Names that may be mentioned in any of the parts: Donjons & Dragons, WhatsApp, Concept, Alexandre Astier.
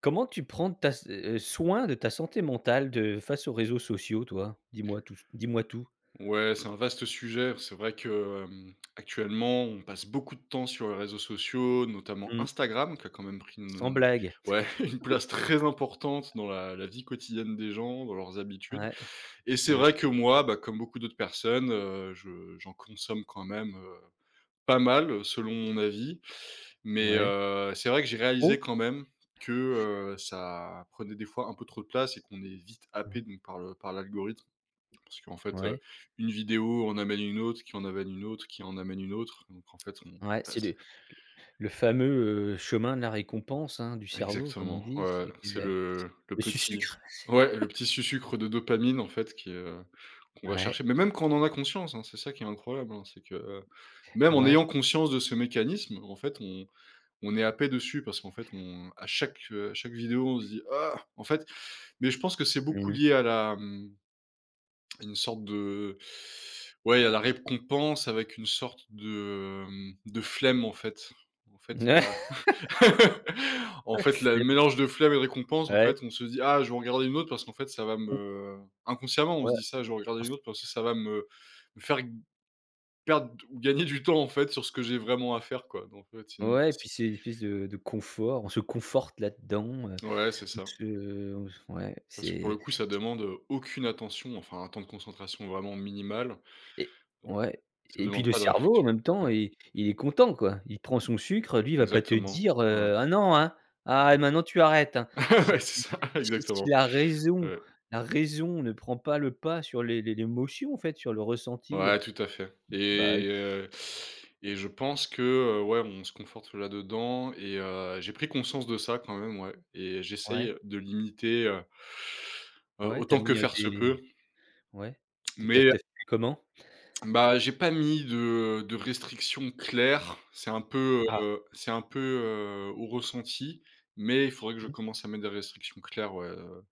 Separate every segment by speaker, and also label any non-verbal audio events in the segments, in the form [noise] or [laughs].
Speaker 1: Comment tu prends ta s soin de ta santé mentale de face aux réseaux sociaux toi? Dis-moi tout, dis-moi tout.
Speaker 2: Ouais, c'est un vaste sujet. C'est vrai que, actuellement, on passe beaucoup de temps sur les réseaux sociaux, notamment
Speaker 1: Mmh.
Speaker 2: Instagram, qui a quand même pris
Speaker 1: Sans
Speaker 2: une
Speaker 1: blague.
Speaker 2: ouais, [laughs] une place très importante dans la vie quotidienne des gens, dans leurs habitudes.
Speaker 1: Ouais,
Speaker 2: Et c'est
Speaker 1: ouais,
Speaker 2: vrai que moi, bah, comme beaucoup d'autres personnes, je j'en consomme quand même, pas mal, selon mon avis. Mais,
Speaker 1: ouais.
Speaker 2: c'est vrai que j'ai réalisé
Speaker 1: Trop?
Speaker 2: quand même que, ça prenait des fois un peu trop de place et qu'on est vite happé
Speaker 1: Mmh.
Speaker 2: donc par le par l'algorithme. Parce qu'en fait,
Speaker 1: Ouais,
Speaker 2: une vidéo en amène une autre, qui en amène une autre, qui en amène une autre, donc en fait, on y
Speaker 1: ouais, c'est
Speaker 2: passe
Speaker 1: le fameux, chemin de la récompense, hein, du cerveau comme on
Speaker 2: exactement, ouais,
Speaker 1: dit,
Speaker 2: ouais,
Speaker 1: c'est que
Speaker 2: c'est
Speaker 1: le
Speaker 2: le petit
Speaker 1: sucre.
Speaker 2: ouais, le petit sucre de dopamine en fait qui, qu'on va
Speaker 1: Ouais,
Speaker 2: chercher. Mais même quand on en a conscience, hein, c'est ça qui est incroyable, hein, c'est que, même en
Speaker 1: ouais.
Speaker 2: ayant conscience de ce mécanisme, en fait, on est happé dessus parce qu'en fait, on à à chaque vidéo, on se dit: «Ah!» en fait, mais je pense que c'est beaucoup
Speaker 1: Mmh.
Speaker 2: lié à la, mmh. Une sorte de ouais, il y a la récompense avec une sorte de flemme, en fait. En fait,
Speaker 1: Ouais,
Speaker 2: la [laughs] en fait, le
Speaker 1: [laughs]
Speaker 2: mélange de flemme et de récompense, en
Speaker 1: ouais,
Speaker 2: fait, on se dit: «Ah, je vais en regarder une autre parce qu'en fait, ça va
Speaker 1: mmh,
Speaker 2: me». Inconsciemment, on
Speaker 1: ouais,
Speaker 2: se dit ça: «Je vais en regarder
Speaker 1: on
Speaker 2: une
Speaker 1: se
Speaker 2: autre parce que ça va me faire perdre ou gagner du temps, en fait, sur ce que j'ai vraiment à faire, quoi». Donc en fait, c'est une
Speaker 1: ouais, et puis
Speaker 2: c'est
Speaker 1: c'est une espèce de confort, on se conforte là-dedans,
Speaker 2: ouais, c'est ça.
Speaker 1: on se ouais,
Speaker 2: Parce que pour le
Speaker 1: c'est
Speaker 2: coup, ça demande, aucune attention, enfin, un temps de concentration vraiment minimal.
Speaker 1: Et ouais
Speaker 2: Ça
Speaker 1: et puis
Speaker 2: demande
Speaker 1: le
Speaker 2: pas de
Speaker 1: cerveau en
Speaker 2: réflexion.
Speaker 1: même temps
Speaker 2: Ouais,
Speaker 1: il est content quoi. Il prend son sucre, lui il va pas te
Speaker 2: exactement.
Speaker 1: dire,
Speaker 2: Ouais.
Speaker 1: «Ah non, hein, ah maintenant tu arrêtes, hein».
Speaker 2: [laughs]
Speaker 1: Si
Speaker 2: Ouais,
Speaker 1: tu
Speaker 2: c'est ça, [laughs]
Speaker 1: si si
Speaker 2: exactement.
Speaker 1: la raison
Speaker 2: Ouais.
Speaker 1: la raison ne prend pas le pas sur les l'émotion en fait, sur le ressenti,
Speaker 2: Ouais, tout à fait
Speaker 1: bah
Speaker 2: et je pense que, ouais, on se conforte là-dedans et j'ai pris conscience de ça quand même, ouais et
Speaker 1: ouais,
Speaker 2: j'essaye de limiter,
Speaker 1: ouais, t'as
Speaker 2: autant que
Speaker 1: mis,
Speaker 2: faire se
Speaker 1: des
Speaker 2: peut.
Speaker 1: ouais. t'as t'as
Speaker 2: Mais
Speaker 1: tu fait comment?
Speaker 2: bah, j'ai pas mis de restrictions claires.
Speaker 1: Ah,
Speaker 2: C'est un peu, au ressenti. Mais il faudrait que je commence à mettre des restrictions claires, ouais,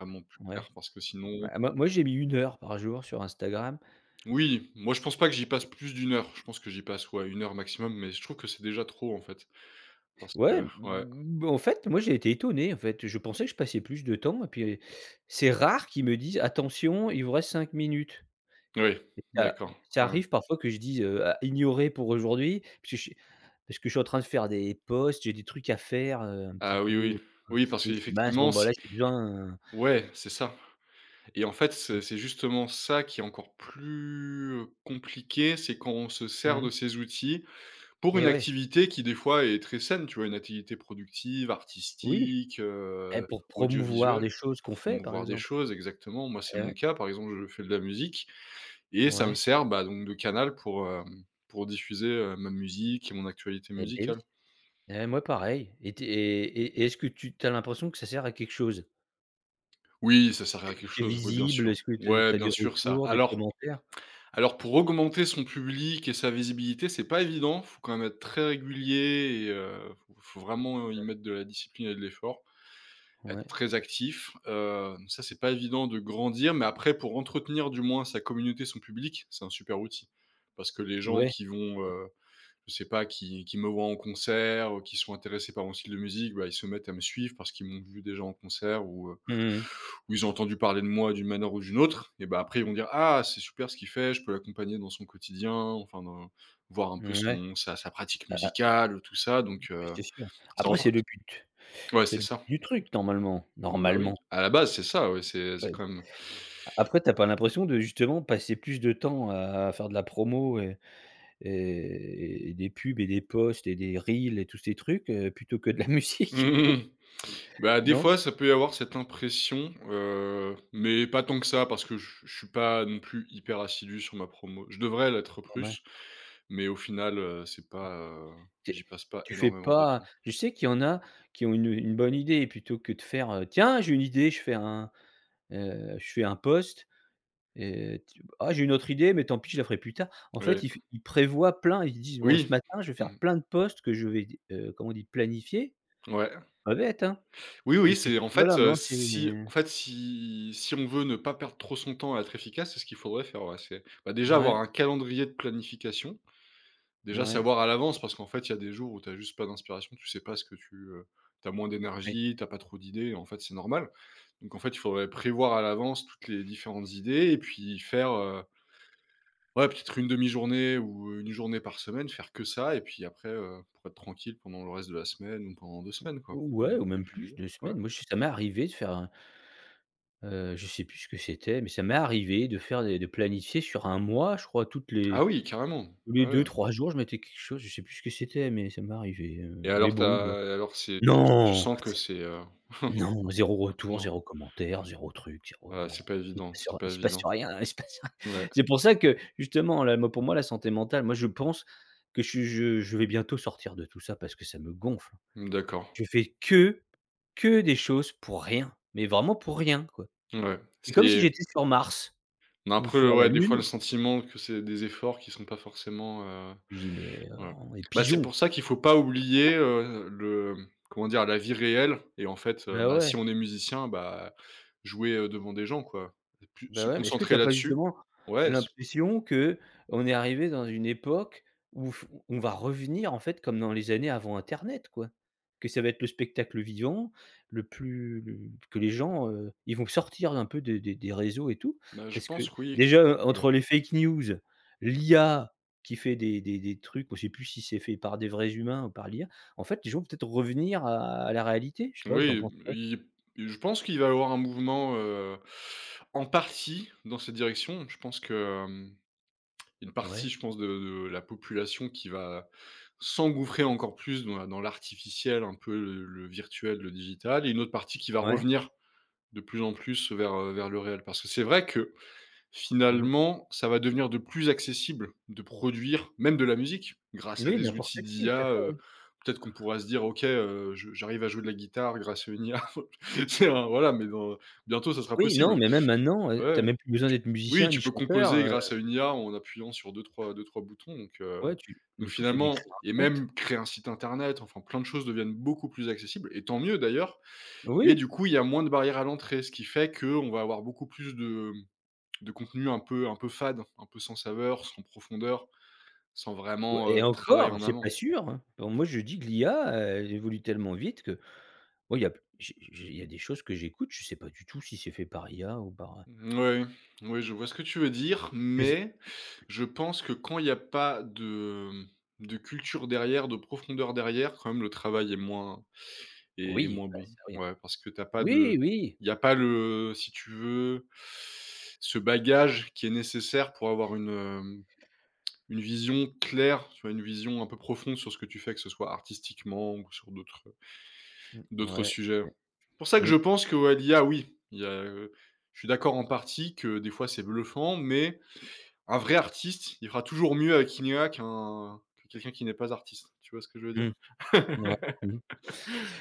Speaker 2: vraiment plus
Speaker 1: mmh, ouais.
Speaker 2: claires parce que sinon.
Speaker 1: Bah moi j'ai mis une heure par jour sur Instagram.
Speaker 2: Oui, moi je pense pas que j'y passe plus d'une heure. Je pense que j'y passe, ouais, une heure maximum, mais je trouve que c'est déjà trop en fait. Parce que ouais,
Speaker 1: Moi, j'ai été étonné, en fait. Je pensais que je passais plus de temps et puis c'est rare qu'ils me disent: «Attention, il vous reste 5 minutes»
Speaker 2: oui,
Speaker 1: et ça
Speaker 2: d'accord,
Speaker 1: ça
Speaker 2: ouais.
Speaker 1: arrive parfois que je dise, «À ignorer pour aujourd'hui», parce que je suis en train de faire des posts, j'ai des trucs à faire,
Speaker 2: Ah oui, oui. Oui, parce
Speaker 1: donc je dis: «Mince, bon,
Speaker 2: qu'effectivement
Speaker 1: bah,
Speaker 2: si
Speaker 1: là, j'ai besoin».
Speaker 2: ouais, c'est ça et en fait,
Speaker 1: Mmh
Speaker 2: c'est justement ça qui est encore plus, compliqué, c'est quand on se sert
Speaker 1: mh
Speaker 2: de ces outils pour une
Speaker 1: et ouais,
Speaker 2: activité qui des fois est très saine, tu vois? Une activité productive,
Speaker 1: oui,
Speaker 2: artistique,
Speaker 1: et Pour promouvoir
Speaker 2: audiovisuelle,
Speaker 1: des choses qu'on
Speaker 2: pour
Speaker 1: fait, par
Speaker 2: promouvoir des
Speaker 1: exemple.
Speaker 2: choses exactement. Moi, c'est
Speaker 1: Et
Speaker 2: mon
Speaker 1: ouais,
Speaker 2: cas, par exemple, je fais de la musique. Et ça me
Speaker 1: ouais,
Speaker 2: sert, bah, donc de canal pour, pour diffuser, ma musique et mon actualité
Speaker 1: et beh, oui,
Speaker 2: musicale.
Speaker 1: et Moi, pareil. Et tu es et Est-ce que tu as l'impression que ça sert à quelque chose?
Speaker 2: Oui, ça sert à quelque
Speaker 1: Tu es
Speaker 2: chose, oui, bien
Speaker 1: visible?
Speaker 2: sûr.
Speaker 1: Est-ce que tu as
Speaker 2: Ouais,
Speaker 1: tu as
Speaker 2: bien
Speaker 1: des
Speaker 2: sûr, ça
Speaker 1: retours, des commentaires?
Speaker 2: alors pour augmenter son public et sa visibilité, c'est pas évident. Faut quand même être très régulier et faut vraiment y mettre de la discipline et de l'effort, être
Speaker 1: Ouais,
Speaker 2: très actif. Ça, c'est pas évident de grandir, mais après pour entretenir du moins sa communauté, son public, c'est un super outil. Parce que les gens
Speaker 1: ouais.
Speaker 2: qui vont, je sais pas, qui me voient en concert, ou qui sont intéressés par mon style de musique, bah, ils se mettent à me suivre parce qu'ils m'ont vu déjà en concert
Speaker 1: Mmh mh.
Speaker 2: ou ils ont entendu parler de moi d'une manière ou d'une autre et bah, après ils vont dire: «Ah c'est super ce qu'il fait, je peux l'accompagner dans son quotidien», enfin dans voir un peu
Speaker 1: Mmh, Ouais.
Speaker 2: son sa pratique
Speaker 1: Ah ah,
Speaker 2: musicale, tout ça donc
Speaker 1: Oui, c'est sûr.
Speaker 2: ça
Speaker 1: Après, c'est le
Speaker 2: entretient
Speaker 1: but.
Speaker 2: ouais,
Speaker 1: C'est
Speaker 2: c'est
Speaker 1: le but
Speaker 2: ça.
Speaker 1: du truc normalement,
Speaker 2: Bah, oui,
Speaker 1: normalement.
Speaker 2: à la base c'est ça, ouais, c'est
Speaker 1: Ouais.
Speaker 2: quand même.
Speaker 1: Après, tu as pas l'impression de justement passer plus de temps à faire de la promo et des pubs et des posts et des reels et tous ces trucs, plutôt que de la [laughs] musique?
Speaker 2: [laughs] Bah, des
Speaker 1: Non?
Speaker 2: fois, ça peut y avoir cette impression, mais pas tant que ça parce que je suis pas non plus hyper assidu sur ma promo. Je devrais l'être
Speaker 1: Ouais.
Speaker 2: plus, mais au final, c'est pas, heu,
Speaker 1: Tu es
Speaker 2: j'y passe pas
Speaker 1: tu fais
Speaker 2: énormément de
Speaker 1: pas
Speaker 2: temps.
Speaker 1: Je sais qu'il y en a qui ont une bonne idée plutôt que de faire, «Tiens, j'ai une idée, je fais un post». Et tu «Ah, j'ai une autre idée, mais tant pis, je la ferai plus tard». En fait,
Speaker 2: Ouais.
Speaker 1: ils prévoient plein, ils disent: «Bon, ce
Speaker 2: Oui.
Speaker 1: matin, je vais faire
Speaker 2: Mmh.
Speaker 1: plein de postes que je vais d comment on dit? Planifier».
Speaker 2: Ouais.
Speaker 1: Pas bête, hein?
Speaker 2: Oui,
Speaker 1: Et
Speaker 2: oui,
Speaker 1: puis
Speaker 2: c'est en
Speaker 1: voilà,
Speaker 2: fait,
Speaker 1: non, c'est
Speaker 2: si
Speaker 1: ouais,
Speaker 2: en fait, si on veut ne pas perdre trop son temps à être efficace, c'est ce qu'il faudrait faire, ouais. C'est, bah, déjà avoir un calendrier de planification. Déjà
Speaker 1: ouais,
Speaker 2: savoir à l'avance parce qu'en fait, il y a des jours où tu as juste pas d'inspiration, tu sais pas ce que tu, as moins
Speaker 1: mais
Speaker 2: d'énergie, t'as pas trop d'idées, en fait, c'est normal. Donc en fait, il faudrait prévoir à l'avance toutes les différentes idées et puis faire, ouais, peut-être une demi-journée ou une journée par semaine, faire que ça et puis après, pour être tranquille pendant le reste de la semaine ou pendant deux semaines, quoi, pour
Speaker 1: ouais
Speaker 2: les
Speaker 1: ou même plus,
Speaker 2: publier.
Speaker 1: 2
Speaker 2: Ouais.
Speaker 1: semaines. Moi, je ça m'est arrivé de faire un, je sais plus ce que c'était, mais ça m'est arrivé de faire des de planifier sur un mois, je crois, toutes les
Speaker 2: Ah oui, carrément.
Speaker 1: tous les
Speaker 2: Ah ouais
Speaker 1: deux trois jours, je mettais quelque chose, je sais plus ce que c'était, mais ça m'est arrivé,
Speaker 2: et alors tu as et alors c'est tu
Speaker 1: non!
Speaker 2: sens que c'est, heu. [laughs]
Speaker 1: Non, zéro retour,
Speaker 2: Non,
Speaker 1: zéro commentaire, zéro truc, zéro. Non.
Speaker 2: c'est pas
Speaker 1: Il
Speaker 2: évident,
Speaker 1: se
Speaker 2: c'est
Speaker 1: passe il
Speaker 2: pas
Speaker 1: se passe
Speaker 2: évident.
Speaker 1: rien, [laughs] il se passe rien.
Speaker 2: Ouais,
Speaker 1: C'est pour ça que justement là, moi pour moi la santé mentale, moi je pense que je vais bientôt sortir de tout ça parce que ça me gonfle.
Speaker 2: mmh, d'accord.
Speaker 1: Je fais que des choses pour rien, mais vraiment pour rien, quoi.
Speaker 2: Ouais,
Speaker 1: C'est comme si
Speaker 2: c'est.
Speaker 1: j'étais sur Mars
Speaker 2: On a un
Speaker 1: ou
Speaker 2: peu,
Speaker 1: sur la
Speaker 2: ouais, des fois
Speaker 1: Lune.
Speaker 2: le sentiment que c'est des efforts qui sont pas forcément,
Speaker 1: Je dis: «Mais,
Speaker 2: ouais.
Speaker 1: on est
Speaker 2: Bah, c'est
Speaker 1: pigeons, quoi».
Speaker 2: pour ça qu'il faut pas oublier, le comment dire? La vie réelle et en fait,
Speaker 1: Bah
Speaker 2: bah,
Speaker 1: ouais.
Speaker 2: si on est musicien, bah, jouer, devant des gens, quoi. Plus
Speaker 1: Bah,
Speaker 2: se
Speaker 1: ouais, mais est-ce que tu
Speaker 2: concentrer
Speaker 1: as pas
Speaker 2: là-dessus.
Speaker 1: justement
Speaker 2: Ouais, s
Speaker 1: l'impression que on est arrivé dans une époque où f on va revenir en fait comme dans les années avant internet quoi? Que ça va être le spectacle vivant, le plus le que les gens, ils vont sortir un peu des réseaux et tout,
Speaker 2: bah, je
Speaker 1: parce que
Speaker 2: pense que oui.
Speaker 1: déjà,
Speaker 2: Oui.
Speaker 1: entre les fake news, l'IA qui fait des trucs, on ne sait plus si c'est fait par des vrais humains ou par l'IA, en fait, les gens vont peut-être revenir à la réalité, je sais pas, t'en
Speaker 2: Oui,
Speaker 1: penses quoi?
Speaker 2: il je pense qu'il va y avoir un mouvement, en partie dans cette direction. Je pense que, hem. Une partie,
Speaker 1: Ouais,
Speaker 2: je pense, de la population qui va s'engouffrer encore plus dans la dans l'artificiel, un peu le virtuel, le digital et une autre partie qui va
Speaker 1: ouais,
Speaker 2: revenir de plus en plus vers, vers le réel. Parce que c'est vrai que,
Speaker 1: mmh
Speaker 2: finalement, ça va devenir de plus accessible de produire même de la musique grâce à
Speaker 1: Oui,
Speaker 2: des
Speaker 1: n'importe
Speaker 2: outils
Speaker 1: qui, tout à
Speaker 2: d'IA,
Speaker 1: fait, ouais.
Speaker 2: peut-être qu'on pourra se dire: «OK, je j'arrive à jouer de la guitare grâce à une IA». [laughs] C'est un voilà, mais dans bientôt ça sera
Speaker 1: Oui, non,
Speaker 2: possible.
Speaker 1: mais même maintenant, tu as
Speaker 2: Ouais.
Speaker 1: même plus besoin
Speaker 2: Tu
Speaker 1: d'être
Speaker 2: oui,
Speaker 1: musicien ni
Speaker 2: tu peux
Speaker 1: chanteur,
Speaker 2: composer grâce à une IA en appuyant sur deux trois boutons
Speaker 1: ouais, tu
Speaker 2: donc
Speaker 1: le tout, c'est d'écrire
Speaker 2: finalement
Speaker 1: un
Speaker 2: et
Speaker 1: prompt.
Speaker 2: même créer un site internet, enfin plein de choses deviennent beaucoup plus accessibles et tant mieux d'ailleurs. Mais
Speaker 1: Oui,
Speaker 2: du coup, il y a moins de barrières à l'entrée, ce qui fait qu'on va avoir beaucoup plus de, mmh, de contenu un peu fade, un peu sans saveur, sans profondeur, sans
Speaker 1: ouais
Speaker 2: vraiment,
Speaker 1: et
Speaker 2: travail
Speaker 1: encore,
Speaker 2: en
Speaker 1: c'est
Speaker 2: amont.
Speaker 1: pas sûr, hein. Bon, moi, je dis que l'IA, elle évolue tellement vite que moi, il y a des choses que j'écoute, je sais pas du tout si c'est fait par IA ou par,
Speaker 2: Mouais, oui, je vois ce que tu veux dire,
Speaker 1: mais
Speaker 2: mais je pense que quand il y a pas de, de culture derrière, de profondeur derrière, quand même le travail est moins est
Speaker 1: oui,
Speaker 2: moins
Speaker 1: bah,
Speaker 2: bon.
Speaker 1: ça, oui.
Speaker 2: Ouais, parce que t'as pas de
Speaker 1: Oui, oui,
Speaker 2: il y a pas le si tu veux, ce bagage qui est nécessaire pour avoir une, une vision claire, tu vois? Une vision un peu profonde sur ce que tu fais, que ce soit artistiquement ou sur d'autres. D'autres
Speaker 1: ouais,
Speaker 2: sujets.
Speaker 1: ouais.
Speaker 2: Pour ça que
Speaker 1: Mmh,
Speaker 2: je pense que ouais, l'IA oui, il y a, je suis d'accord en partie que des fois c'est bluffant, mais un vrai artiste, il fera toujours mieux avec une IA qu'un quelqu'un qui n'est pas artiste. Tu vois ce que je veux
Speaker 1: mmh,
Speaker 2: dire? [laughs]
Speaker 1: ouais. Mmh.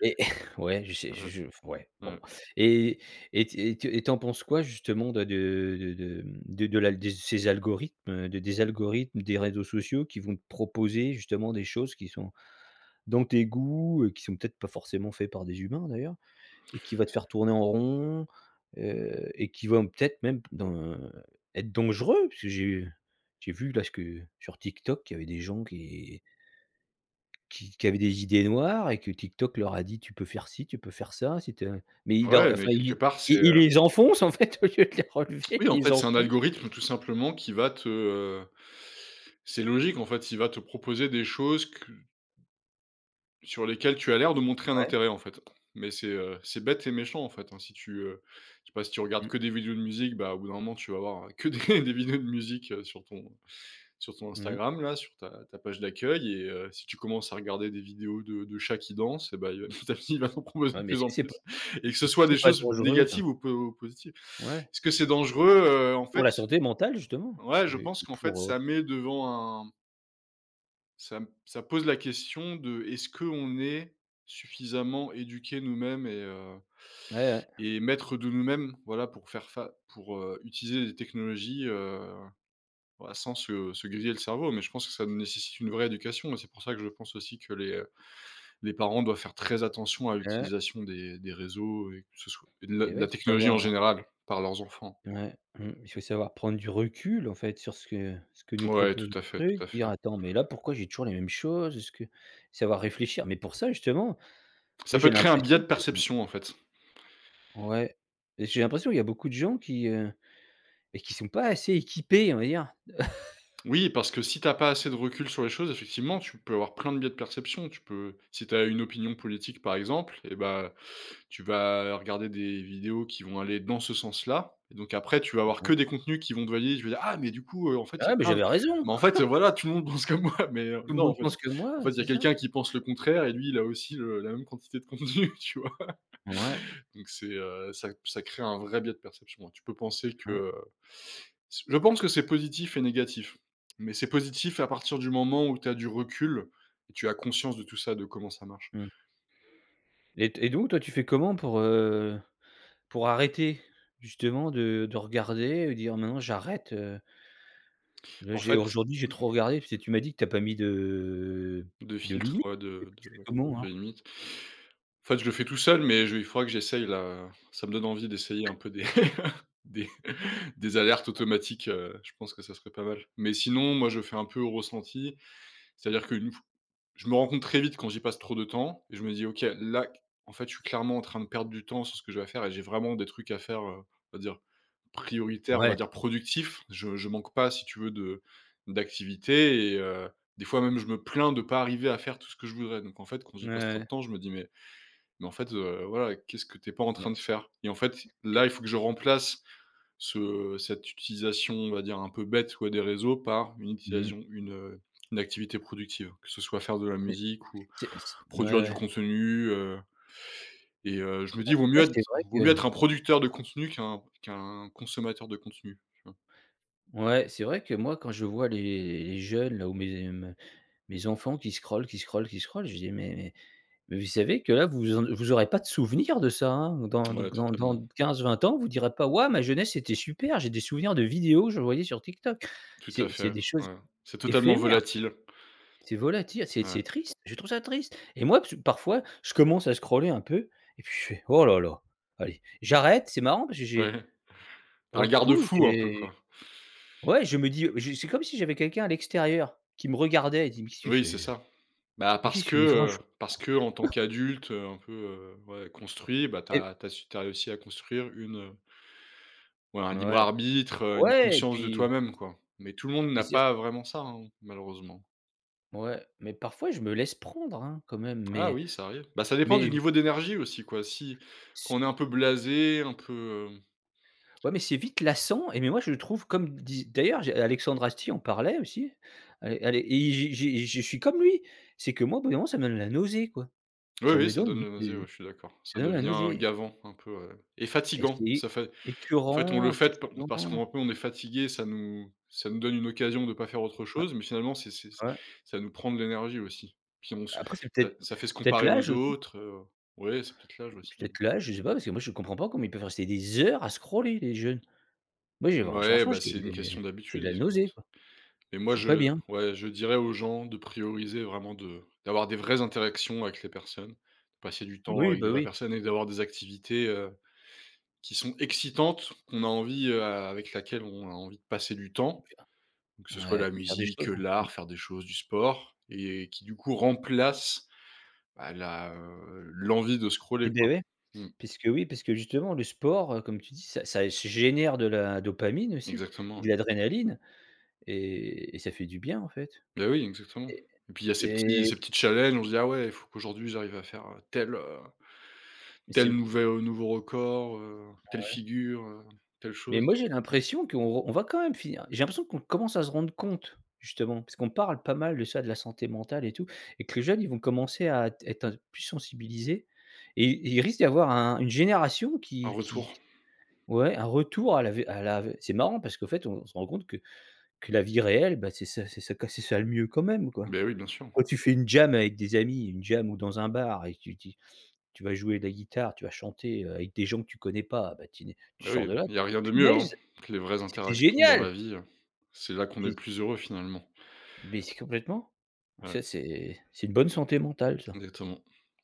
Speaker 1: Et [laughs] ouais, je sais
Speaker 2: Ouais,
Speaker 1: je- ouais, bon
Speaker 2: ouais.
Speaker 1: et tu penses quoi justement de l'al des ces algorithmes, de des algorithmes des réseaux sociaux qui vont te proposer justement des choses qui sont dans tes goûts, qui sont peut-être pas forcément faits par des humains d'ailleurs et qui va te faire tourner en rond, et qui vont peut-être même dans être dangereux? Parce que j'ai vu là ce que sur TikTok, il y avait des gens qui avaient des idées noires et que TikTok leur a dit: «Tu peux faire ci, tu peux faire ça, si tu as» mais il leur
Speaker 2: Ouais, mais
Speaker 1: enfin
Speaker 2: quelque part c'est,
Speaker 1: il les enfonce en fait [laughs] au lieu de les relever,
Speaker 2: oui
Speaker 1: il
Speaker 2: en
Speaker 1: les
Speaker 2: fait c'est un
Speaker 1: enfonce.
Speaker 2: algorithme tout simplement qui va te, c'est logique en fait, il va te proposer des choses que sur lesquels tu as l'air de montrer un
Speaker 1: Ouais.
Speaker 2: intérêt, en fait. Mais c'est bête et méchant, en fait, hein. Si tu, je sais pas, si tu regardes
Speaker 1: Mmh.
Speaker 2: que des vidéos de musique, bah, au bout d'un moment, tu vas avoir, que des [laughs] des vidéos de musique, sur ton
Speaker 1: Mmh.
Speaker 2: Instagram, là, sur ta page d'accueil et si tu commences à regarder des vidéos de chats qui dansent et bah, il va [laughs] ta fille va t'en proposer
Speaker 1: Ouais,
Speaker 2: de
Speaker 1: mais
Speaker 2: plus
Speaker 1: est-ce
Speaker 2: en
Speaker 1: que c'est pas
Speaker 2: plus et que ce
Speaker 1: Est-ce que
Speaker 2: soit des
Speaker 1: c'est pas
Speaker 2: choses
Speaker 1: dangereux ça?
Speaker 2: négatives ou po ou positives.
Speaker 1: Ouais,
Speaker 2: Est-ce que c'est dangereux? En
Speaker 1: pour
Speaker 2: fait,
Speaker 1: la santé mentale justement,
Speaker 2: ouais, je
Speaker 1: et
Speaker 2: pense qu'en fait,
Speaker 1: pour,
Speaker 2: ça met devant un ça me ça pose la question de est-ce qu'on est suffisamment éduqués nous-mêmes
Speaker 1: ouais, ouais,
Speaker 2: et maîtres de nous-mêmes, voilà, pour faire fa pour, utiliser des technologies, bah, sans se griller le cerveau? Mais je pense que ça nécessite une vraie éducation et c'est pour ça que je pense aussi que les parents doivent faire très attention à
Speaker 1: ouais
Speaker 2: l'utilisation des réseaux et que ce soit et de la de
Speaker 1: ouais,
Speaker 2: la
Speaker 1: de
Speaker 2: technologie en
Speaker 1: savoir,
Speaker 2: général par leurs enfants.
Speaker 1: ouais, mmh, il faut savoir prendre du recul en fait sur ce que nous
Speaker 2: Ouais,
Speaker 1: propose le
Speaker 2: tout à fait,
Speaker 1: truc,
Speaker 2: tout à
Speaker 1: dire:
Speaker 2: fait.
Speaker 1: «Attends, mais là pourquoi j'ai toujours les mêmes choses? Est-ce que» savoir réfléchir, mais pour ça justement,
Speaker 2: Ça
Speaker 1: moi
Speaker 2: peut
Speaker 1: j'ai
Speaker 2: te créer un biais
Speaker 1: l'impression.
Speaker 2: de perception, en fait.
Speaker 1: Ouais j'ai l'impression qu'il y a beaucoup de gens qui sont pas assez équipés, on va dire.
Speaker 2: Oui, parce que si t'as pas assez de recul sur les choses, effectivement, tu peux avoir plein de biais de perception. Tu peux, si tu as une opinion politique, par exemple, et ben, tu vas regarder des vidéos qui vont aller dans ce sens-là. Et donc après, tu vas avoir
Speaker 1: Ouais.
Speaker 2: que des contenus qui vont te valider. Tu vas dire, ah, mais du coup, en fait, il y a
Speaker 1: Ah mais
Speaker 2: plein de
Speaker 1: j'avais raison!
Speaker 2: mais en fait, voilà, tout le monde [laughs] pense comme moi, [laughs] mais
Speaker 1: Tout le
Speaker 2: non,
Speaker 1: monde
Speaker 2: en fait.
Speaker 1: pense que
Speaker 2: En
Speaker 1: moi,
Speaker 2: fait, il y
Speaker 1: c'est
Speaker 2: a
Speaker 1: ça.
Speaker 2: quelqu'un qui pense le contraire et lui, il a aussi le la même quantité de contenu, [laughs] tu vois?
Speaker 1: Ouais,
Speaker 2: Donc c'est, ça crée un vrai biais de perception, hein. Tu peux penser que,
Speaker 1: ouais,
Speaker 2: je pense que c'est positif et négatif, mais c'est positif à partir du moment où tu as du recul et tu as conscience de tout ça, de comment ça marche.
Speaker 1: mmh et donc toi, tu fais comment pour arrêter justement de regarder, et dire: «Maintenant j'arrête, là
Speaker 2: En
Speaker 1: j'ai
Speaker 2: fait,
Speaker 1: aujourd'hui j'ai trop regardé», tu sais, tu m'as dit que t'as pas mis de
Speaker 2: de filtres,
Speaker 1: limite,
Speaker 2: ouais, de
Speaker 1: mais tu
Speaker 2: de
Speaker 1: fais comment
Speaker 2: de
Speaker 1: alors?
Speaker 2: limites. En fait, je le fais tout seul, mais je il faudra que j'essaye là, ça me donne envie d'essayer un peu des [laughs] des des alertes automatiques, je pense que ça serait pas mal. Mais sinon, moi, je fais un peu au ressenti, c'est-à-dire qu'une Je me rends compte très vite quand j'y passe trop de temps et je me dis: «OK, là, en fait, je suis clairement en train de perdre du temps sur ce que je vais faire et j'ai vraiment des trucs à faire, on va dire prioritaires, on
Speaker 1: Ouais.
Speaker 2: va dire productifs». Je manque pas, si tu veux, de d'activités et des fois même, je me plains de pas arriver à faire tout ce que je voudrais. Donc en fait, quand
Speaker 1: Ouais,
Speaker 2: j'y passe trop de
Speaker 1: ouais.
Speaker 2: temps, je me dis: mais en fait, voilà, qu'est-ce que t'es pas en train
Speaker 1: Mais
Speaker 2: de
Speaker 1: c'est
Speaker 2: faire?» Et en fait,
Speaker 1: et
Speaker 2: là, il faut que je remplace ce cette utilisation, on va dire, un peu bête, ouais, des réseaux par une
Speaker 1: mmh,
Speaker 2: utilisation une activité productive, que ce soit faire de la
Speaker 1: mais
Speaker 2: musique ou
Speaker 1: c'est ouais,
Speaker 2: produire du
Speaker 1: ouais.
Speaker 2: contenu, et je me dis:
Speaker 1: Ça c'est vrai
Speaker 2: Vaut mieux être
Speaker 1: que
Speaker 2: un producteur de contenu qu'un consommateur de contenu», tu
Speaker 1: Ouais, c'est vrai que moi, quand je vois les jeunes là, ou mes enfants qui scrollent, qui scrollent, qui scrollent, je dis: «Mais vous savez que là, vous aurez pas de souvenir de ça, hein? Dans
Speaker 2: vois?
Speaker 1: dans
Speaker 2: Ouais,
Speaker 1: dans
Speaker 2: totalement.
Speaker 1: dans 15 ans, vous direz pas: "Waouh, ma jeunesse, c'était super, j'ai des souvenirs de vidéos que je voyais sur TikTok."»
Speaker 2: Tout à
Speaker 1: C'est
Speaker 2: fait,
Speaker 1: des choses
Speaker 2: ouais. C'est totalement
Speaker 1: éphémères,
Speaker 2: volatile.
Speaker 1: c'est volatile, c'est
Speaker 2: Ouais,
Speaker 1: c'est triste, je trouve ça triste et moi, parce parfois, je commence à scroller un peu et puis je fais: «Oh là là, allez, j'arrête». C'est marrant parce que j'ai
Speaker 2: ouais.
Speaker 1: pour
Speaker 2: Un
Speaker 1: le coup,
Speaker 2: garde-fou un peu,
Speaker 1: j'ai.
Speaker 2: quoi.
Speaker 1: Ouais, je me dis, je c'est comme si j'avais quelqu'un à l'extérieur qui me regardait et dit: «Mais qu'est-ce que tu
Speaker 2: Oui, c'est
Speaker 1: fais?
Speaker 2: ça. Bah,
Speaker 1: Mais qu'est-ce que tu fais? Mais franchement»
Speaker 2: parce que en tant qu'adulte, un peu, ouais, construit, bah, tu
Speaker 1: et
Speaker 2: as réussi à construire. Ouais, un libre
Speaker 1: ouais,
Speaker 2: arbitre, une
Speaker 1: ouais, et
Speaker 2: conscience de
Speaker 1: puis
Speaker 2: toi-même, quoi. Mais tout le monde
Speaker 1: mais
Speaker 2: n'a
Speaker 1: c'est
Speaker 2: pas vraiment ça, hein, malheureusement.
Speaker 1: ouais, mais parfois je me laisse prendre, hein, quand même,
Speaker 2: Ah oui, ça arrive. Bah, ça dépend du
Speaker 1: mais
Speaker 2: niveau d'énergie aussi, quoi. Si Quand
Speaker 1: s
Speaker 2: on est un peu blasé, un peu, heu
Speaker 1: ouais, mais c'est vite lassant et mais moi je trouve comme dis d'ailleurs j'ai Alexandre Astier en parlait aussi, allez allez et j'ai je suis comme lui. C'est que moi au bout d'un moment ça me donne la nausée, quoi.
Speaker 2: oui,
Speaker 1: Ça
Speaker 2: oui,
Speaker 1: me
Speaker 2: ça
Speaker 1: donne
Speaker 2: donne
Speaker 1: limite
Speaker 2: la nausée,
Speaker 1: des
Speaker 2: ouais, je suis d'accord. Ça
Speaker 1: Ça donne la
Speaker 2: devient
Speaker 1: nausée
Speaker 2: gavant un peu, ouais et
Speaker 1: et
Speaker 2: fatigant.
Speaker 1: c'est
Speaker 2: Ça fait En fait, on le
Speaker 1: écœurant,
Speaker 2: fait p parce
Speaker 1: fatigant.
Speaker 2: qu'on un peu on est fatigué, ça nous donne une occasion de ne pas faire autre
Speaker 1: Ouais,
Speaker 2: chose, mais finalement, c'est
Speaker 1: ouais.
Speaker 2: ça nous prend de l'énergie aussi. Puis on se
Speaker 1: Après
Speaker 2: Ça ça fait se
Speaker 1: c'est peut-être
Speaker 2: comparer aux
Speaker 1: l'âge aussi.
Speaker 2: autres, ouais, c'est peut-être l'âge aussi, hein.
Speaker 1: Peut-être là je sais pas, parce que moi je comprends pas comment ils peuvent rester des heures à scroller les jeunes. Moi j'ai vran
Speaker 2: Ouais,
Speaker 1: franchement
Speaker 2: bah, c'est une question
Speaker 1: j'ai de
Speaker 2: d'habitude,
Speaker 1: la
Speaker 2: je
Speaker 1: nausée quoi.
Speaker 2: mais
Speaker 1: Je
Speaker 2: moi,
Speaker 1: suis pas
Speaker 2: je
Speaker 1: bien.
Speaker 2: ouais, je dirais aux gens de prioriser vraiment de d'avoir des vraies interactions avec les personnes, de passer du temps
Speaker 1: Oui,
Speaker 2: avec
Speaker 1: bah
Speaker 2: des vraies
Speaker 1: oui.
Speaker 2: personnes et d'avoir des activités, qui sont excitantes, qu'on a envie, avec laquelle on a envie de passer du temps. Donc que ce soit la
Speaker 1: Ouais, faire des
Speaker 2: musique,
Speaker 1: choses. Mmh.
Speaker 2: l'art, faire des choses, du sport et qui du coup remplace, bah, l'envie de scroller,
Speaker 1: Et ben
Speaker 2: quoi.
Speaker 1: ouais,
Speaker 2: Mmh,
Speaker 1: puisque oui, parce que justement le sport, comme tu dis, ça génère de la dopamine aussi et
Speaker 2: exactement, ouais.
Speaker 1: de l'adrénaline et ça fait du bien en fait
Speaker 2: Bah, oui, exactement et puis il y a
Speaker 1: et
Speaker 2: ces petits challenges, on se dit: «Ah ouais, il faut qu'aujourd'hui j'arrive à faire, tel,
Speaker 1: c'est
Speaker 2: tel nouvel nouveau record, telle figure, telle
Speaker 1: mais
Speaker 2: chose».
Speaker 1: moi, j'ai l'impression qu'on re on va quand même finir j'ai l'impression qu'on commence à se rendre compte, justement, parce qu'on parle pas mal de ça, de la santé mentale et tout, et que les jeunes, ils vont commencer à t être un plus sensibilisés et il risque d'y avoir un une génération
Speaker 2: Un
Speaker 1: qui
Speaker 2: retour.
Speaker 1: ouais, un retour à la v à la, c'est marrant parce qu'en fait, on se rend compte que la vie réelle, bah, c'est ça le mieux quand même, quoi.
Speaker 2: Ben oui, bien sûr.
Speaker 1: Quand tu fais une jam avec des amis, une jam ou dans un bar et tu vas jouer de la guitare, tu vas chanter, avec des gens que tu connais pas, bah, tu
Speaker 2: Ben
Speaker 1: sors de
Speaker 2: oui,
Speaker 1: là:
Speaker 2: il y a rien de mieux,
Speaker 1: «Punaise,
Speaker 2: hein, que les vraies
Speaker 1: c'était
Speaker 2: interactions dans la
Speaker 1: génial!»
Speaker 2: vie, c'est là qu'on est
Speaker 1: Puis
Speaker 2: le plus heureux finalement.
Speaker 1: mais c'est complètement.
Speaker 2: Ouais,
Speaker 1: Ça, c'est une bonne santé mentale, ça.
Speaker 2: exactement.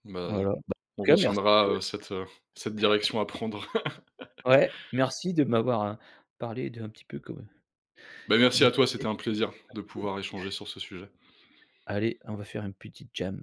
Speaker 2: Bah,
Speaker 1: Voilà. Bah, en tout
Speaker 2: on
Speaker 1: cas, merci
Speaker 2: retiendra,
Speaker 1: de,
Speaker 2: cette, cette direction à prendre. [laughs]
Speaker 1: ouais, merci de m'avoir, parlé d'un petit peu comme
Speaker 2: Bah, merci
Speaker 1: comment
Speaker 2: à
Speaker 1: tu
Speaker 2: toi,
Speaker 1: fais.
Speaker 2: c'était un plaisir de pouvoir échanger sur ce sujet.
Speaker 1: Allez, on va faire une petite jam.